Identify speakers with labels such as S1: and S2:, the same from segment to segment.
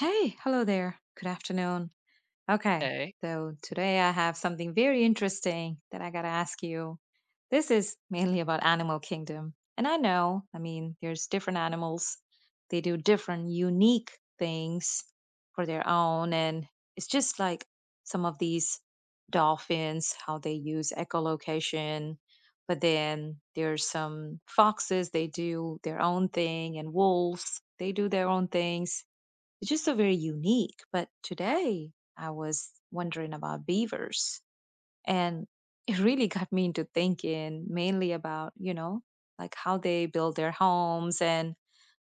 S1: Hey, hello there. Good afternoon. Okay,
S2: Okay,
S1: so today I have something very interesting that I gotta ask you. This is mainly about animal kingdom. And I know, there's different animals. They do different unique things for their own. And it's just like some of these dolphins, how they use echolocation. But then there's some foxes, they do their own thing, and wolves, they do their own things, it's just so very unique. But today I was wondering about beavers and it really got me into thinking mainly about, like how they build their homes and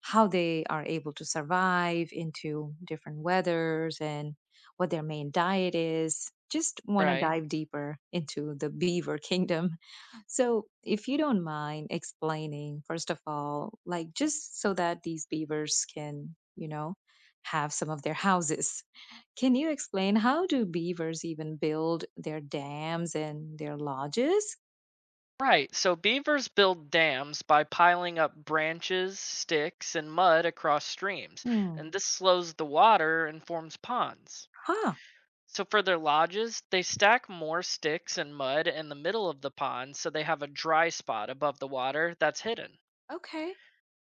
S1: how they are able to survive into different weathers and what their main diet is. Just want to
S2: right.
S1: dive deeper into the beaver kingdom. So, if you don't mind explaining, first of all, like just so that these beavers can, have some of their houses. Can you explain how do beavers even build their dams and their lodges?
S2: Right, so beavers build dams by piling up branches, sticks, and mud across streams, and
S1: Hmm.
S2: this slows the water and forms ponds.
S1: Huh.
S2: So for their lodges, they stack more sticks and mud in the middle of the pond so they have a dry spot above the water that's hidden.
S1: Okay.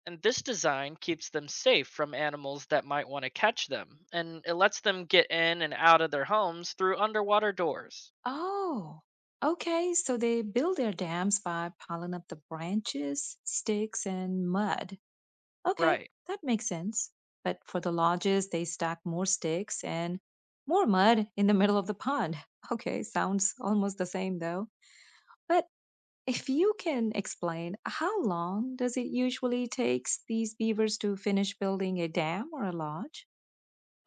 S2: And this design keeps them safe from animals that might want to catch them, and it lets them get in and out of their homes through underwater doors.
S1: Oh, okay. So they build their dams by piling up the branches, sticks, and mud. Okay,
S2: Right.
S1: that makes sense. But for the lodges, they stack more sticks and more mud in the middle of the pond. Okay, sounds almost the same though. But if you can explain, how long does it usually takes these beavers to finish building a dam or a lodge?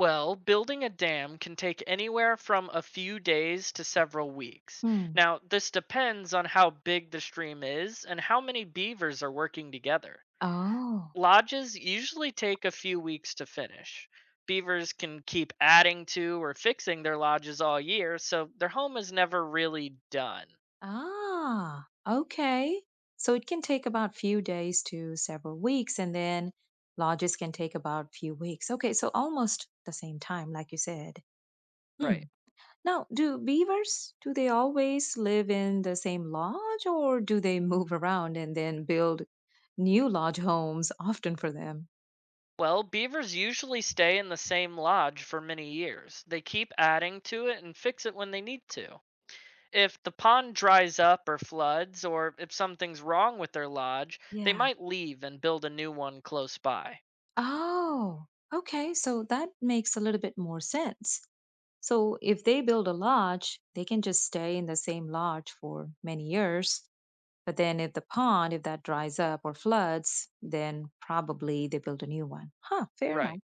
S2: Well, building a dam can take anywhere from a few days to several weeks.
S1: Hmm.
S2: Now, this depends on how big the stream is and how many beavers are working together.
S1: Oh.
S2: Lodges usually take a few weeks to finish. Beavers can keep adding to or fixing their lodges all year, so their home is never really done.
S1: Ah, okay. So it can take about few days to several weeks, and then lodges can take about few weeks. Okay, so almost the same time, like you said.
S2: Right.
S1: Hmm. Now, do beavers, do they always live in the same lodge, or do they move around and then build new lodge homes often for them?
S2: Well, beavers usually stay in the same lodge for many years. They keep adding to it and fix it when they need to. If the pond dries up or floods, or if something's wrong with their lodge, they
S1: Yeah.
S2: might leave and build a new one close by.
S1: Oh, okay. So that makes a little bit more sense. So if they build a lodge, they can just stay in the same lodge for many years. But then if the pond, if that dries up or floods, then probably they build a new one. Huh, fair
S2: Right.
S1: enough.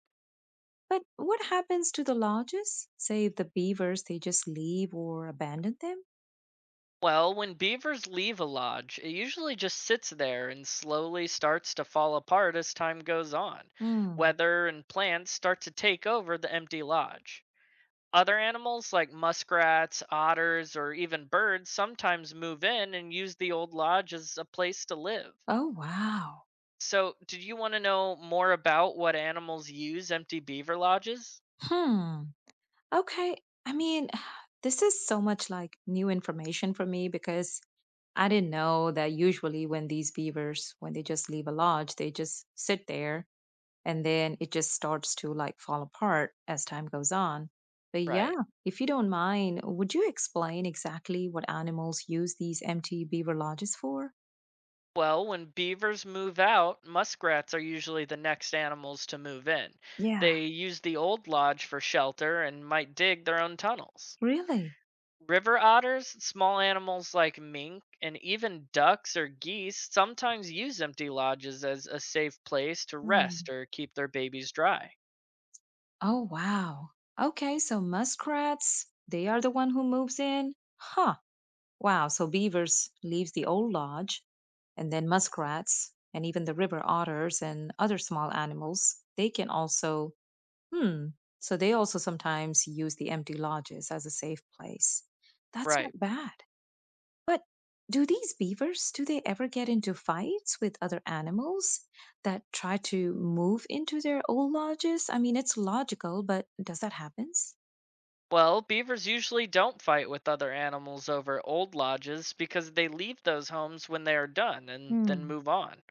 S1: But what happens to the lodges? Say if the beavers, they just leave or abandon them?
S2: Well, when beavers leave a lodge, it usually just sits there and slowly starts to fall apart as time goes on.
S1: Hmm.
S2: Weather and plants start to take over the empty lodge. Other animals like muskrats, otters, or even birds sometimes move in and use the old lodge as a place to live.
S1: Oh, wow.
S2: So, did you want to know more about what animals use empty beaver lodges?
S1: Hmm. Okay. I mean, this is so much like new information for me because I didn't know that usually when these beavers, when they just leave a lodge, they just sit there and then it just starts to like fall apart as time goes on. But yeah,
S2: Right.
S1: if you don't mind, would you explain exactly what animals use these empty beaver lodges for?
S2: Well, when beavers move out, muskrats are usually the next animals to move in.
S1: Yeah,
S2: They use the old lodge for shelter and might dig their own tunnels.
S1: really?
S2: River otters, small animals like mink, and even ducks or geese sometimes use empty lodges as a safe place to rest
S1: Hmm.
S2: or keep their babies dry.
S1: Oh, wow. Okay, so muskrats, they are the one who moves in. Huh. Wow, so beavers leaves the old lodge and then muskrats and even the river otters and other small animals, they can also. Hmm. So they also sometimes use the empty lodges as a safe place. That's
S2: Right.
S1: not bad. But do these beavers, do they ever get into fights with other animals that try to move into their old lodges? It's logical, but does that happen?
S2: Well, beavers usually don't fight with other animals over old lodges because they leave those homes when they are done and then
S1: Hmm.
S2: move on.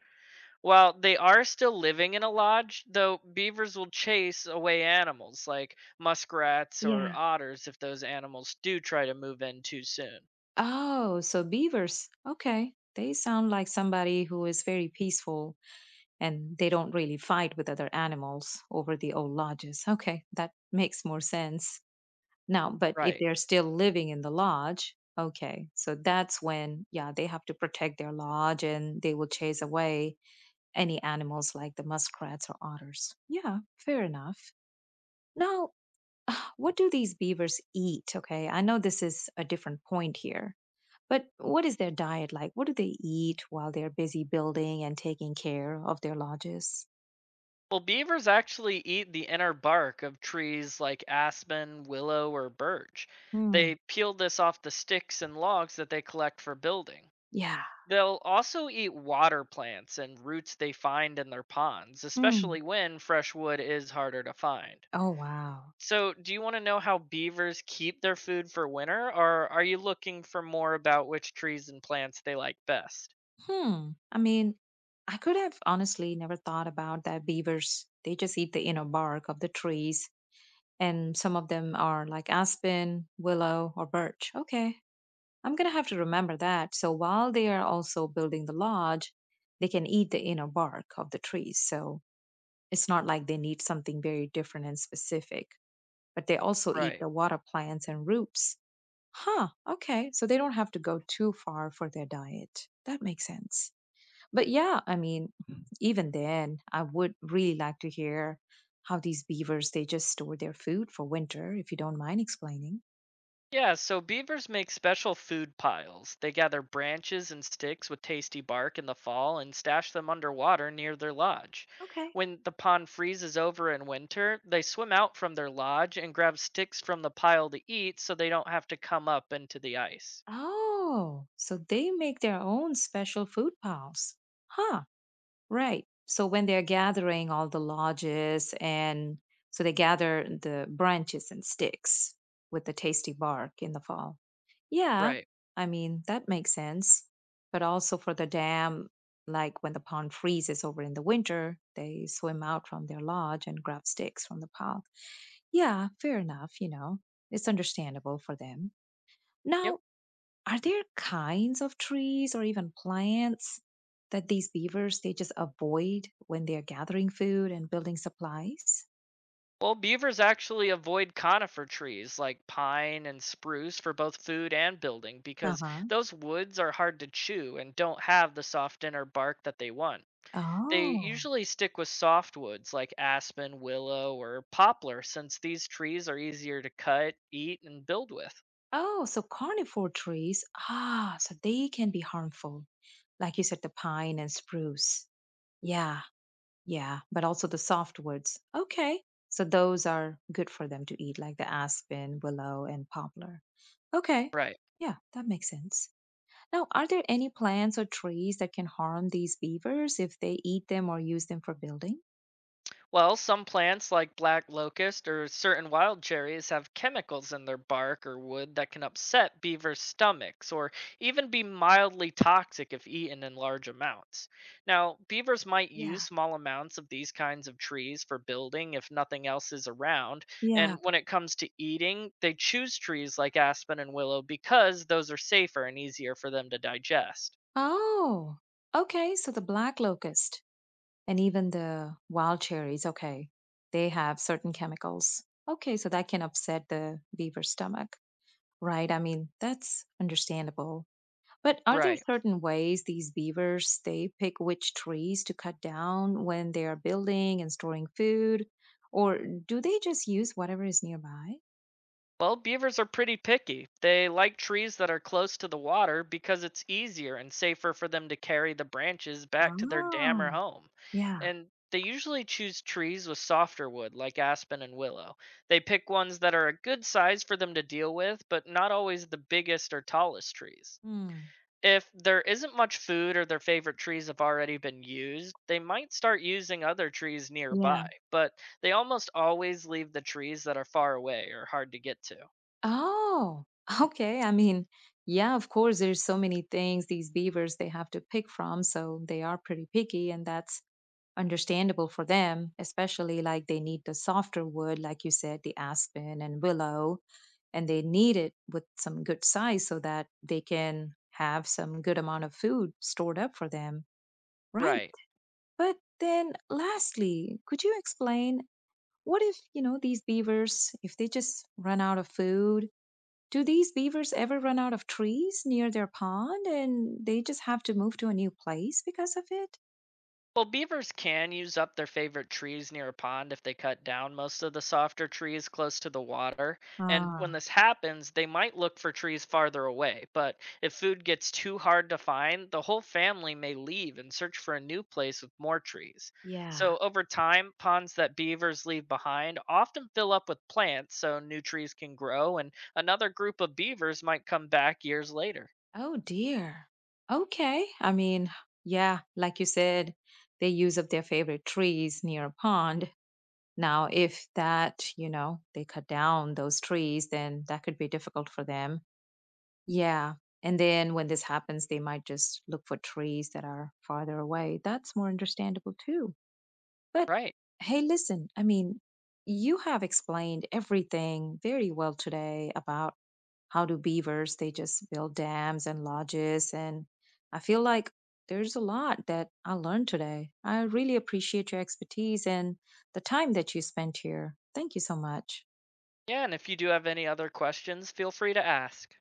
S2: While they are still living in a lodge, though, beavers will chase away animals like muskrats or
S1: Yeah.
S2: otters if those animals do try to move in too soon.
S1: Oh, so beavers. Okay. They sound like somebody who is very peaceful and they don't really fight with other animals over the old lodges. Okay, that makes more sense. Now, but if
S2: Right.
S1: they're still living in the lodge, okay, so that's when, yeah, they have to protect their lodge and they will chase away any animals like the muskrats or otters. Yeah, fair enough. Now, what do these beavers eat? Okay, I know this is a different point here, but what is their diet like? What do they eat while they're busy building and taking care of their lodges?
S2: Well, beavers actually eat the inner bark of trees like aspen, willow, or birch.
S1: Hmm,
S2: They peel this off the sticks and logs that they collect for building.
S1: yeah.
S2: They'll also eat water plants and roots they find in their ponds,
S1: Hmm.
S2: especially when fresh wood is harder to find.
S1: Oh, wow.
S2: So, do you want to know how beavers keep their food for winter, or are you looking for more about which trees and plants they like best?
S1: Hmm. I could have honestly never thought about that beavers. They just eat the inner bark of the trees, and some of them are like aspen, willow, or birch. Okay, I'm gonna have to remember that. So while they are also building the lodge, they can eat the inner bark of the trees. So it's not like they need something very different and specific, but they also eat
S2: Right.
S1: the water plants and roots. Huh, okay. So they don't have to go too far for their diet. That makes sense. But yeah, even then, I would really like to hear how these beavers they just store their food for winter, if you don't mind explaining.
S2: Yeah, so beavers make special food piles. They gather branches and sticks with tasty bark in the fall and stash them underwater near their lodge.
S1: Okay.
S2: When the pond freezes over in winter, they swim out from their lodge and grab sticks from the pile to eat so they don't have to come up into the ice.
S1: Oh, so they make their own special food piles. Huh, right. So when they're gathering all the lodges and so they gather the branches and sticks with the tasty bark in the fall. Yeah,
S2: Right.
S1: that makes sense. But also for the dam, like when the pond freezes over in the winter, they swim out from their lodge and grab sticks from the pile. Yeah, fair enough. It's understandable for them.
S2: Yep.
S1: Now, are there kinds of trees or even plants that these beavers they just avoid when they're gathering food and building supplies?
S2: Well, beavers actually avoid conifer trees like pine and spruce for both food and building because
S1: Uh-huh.
S2: those woods are hard to chew and don't have the soft inner bark that they want. They
S1: Oh.
S2: usually stick with softwoods like aspen, willow, or poplar since these trees are easier to cut, eat, and build with.
S1: Oh, so carnivore trees. Ah, so they can be harmful. Like you said, the pine and spruce. Yeah, yeah. But also the softwoods. Okay. So those are good for them to eat, like the aspen, willow, and poplar. Okay.
S2: Right.
S1: Yeah, that makes sense. Now, are there any plants or trees that can harm these beavers if they eat them or use them for building?
S2: Well, some plants like black locust or certain wild cherries have chemicals in their bark or wood that can upset beavers' stomachs or even be mildly toxic if eaten in large amounts. Now, beavers might use
S1: Yeah.
S2: small amounts of these kinds of trees for building if nothing else is around,
S1: Yeah.
S2: and when it comes to eating, they choose trees like aspen and willow because those are safer and easier for them to digest.
S1: Oh, okay. So the black locust. And even the wild cherries, okay, they have certain chemicals. Okay, so that can upset the beaver's stomach, right? That's understandable. But are there
S2: Right.
S1: certain ways these beavers they pick which trees to cut down when they are building and storing food? Or do they just use whatever is nearby?
S2: Well, beavers are pretty picky. They like trees that are close to the water because it's easier and safer for them to carry the branches back to their dam
S1: Ah,
S2: or home.
S1: yeah.
S2: And they usually choose trees with softer wood, like aspen and willow. They pick ones that are a good size for them to deal with, but not always the biggest or tallest trees.
S1: Hmm.
S2: If there isn't much food or their favorite trees have already been used, they might start using other trees
S1: Yeah.
S2: nearby, but they almost always leave the trees that are far away or hard to get to.
S1: Oh, okay. Yeah, of course, there's so many things these beavers they have to pick from, so they are pretty picky, and that's understandable for them, especially like they need the softer wood, like you said, the aspen and willow, and they need it with some good size so that they can have some good amount of food stored up for them. Right.
S2: Right.
S1: But then lastly, could you explain what if, these beavers, if they just run out of food, do these beavers ever run out of trees near their pond and they just have to move to a new place because of it?
S2: Well, beavers can use up their favorite trees near a pond if they cut down most of the softer trees close to the water. And when
S1: Ah,
S2: this happens, they might look for trees farther away. But if food gets too hard to find, the whole family may leave and search for a new place with more trees.
S1: yeah.
S2: So over time, ponds that beavers leave behind often fill up with plants so new trees can grow, and another group of beavers might come back years later.
S1: Oh dear. Okay. Yeah, like you said, they use up their favorite trees near a pond. Now, if that, they cut down those trees, then that could be difficult for them. Yeah. And then when this happens, they might just look for trees that are farther away. That's more understandable too. But
S2: Right.
S1: hey, listen, you have explained everything very well today about how do beavers they just build dams and lodges and I feel like there's a lot that I learned today. I really appreciate your expertise and the time that you spent here. Thank you so much.
S2: Yeah, and if you do have any other questions, feel free to ask.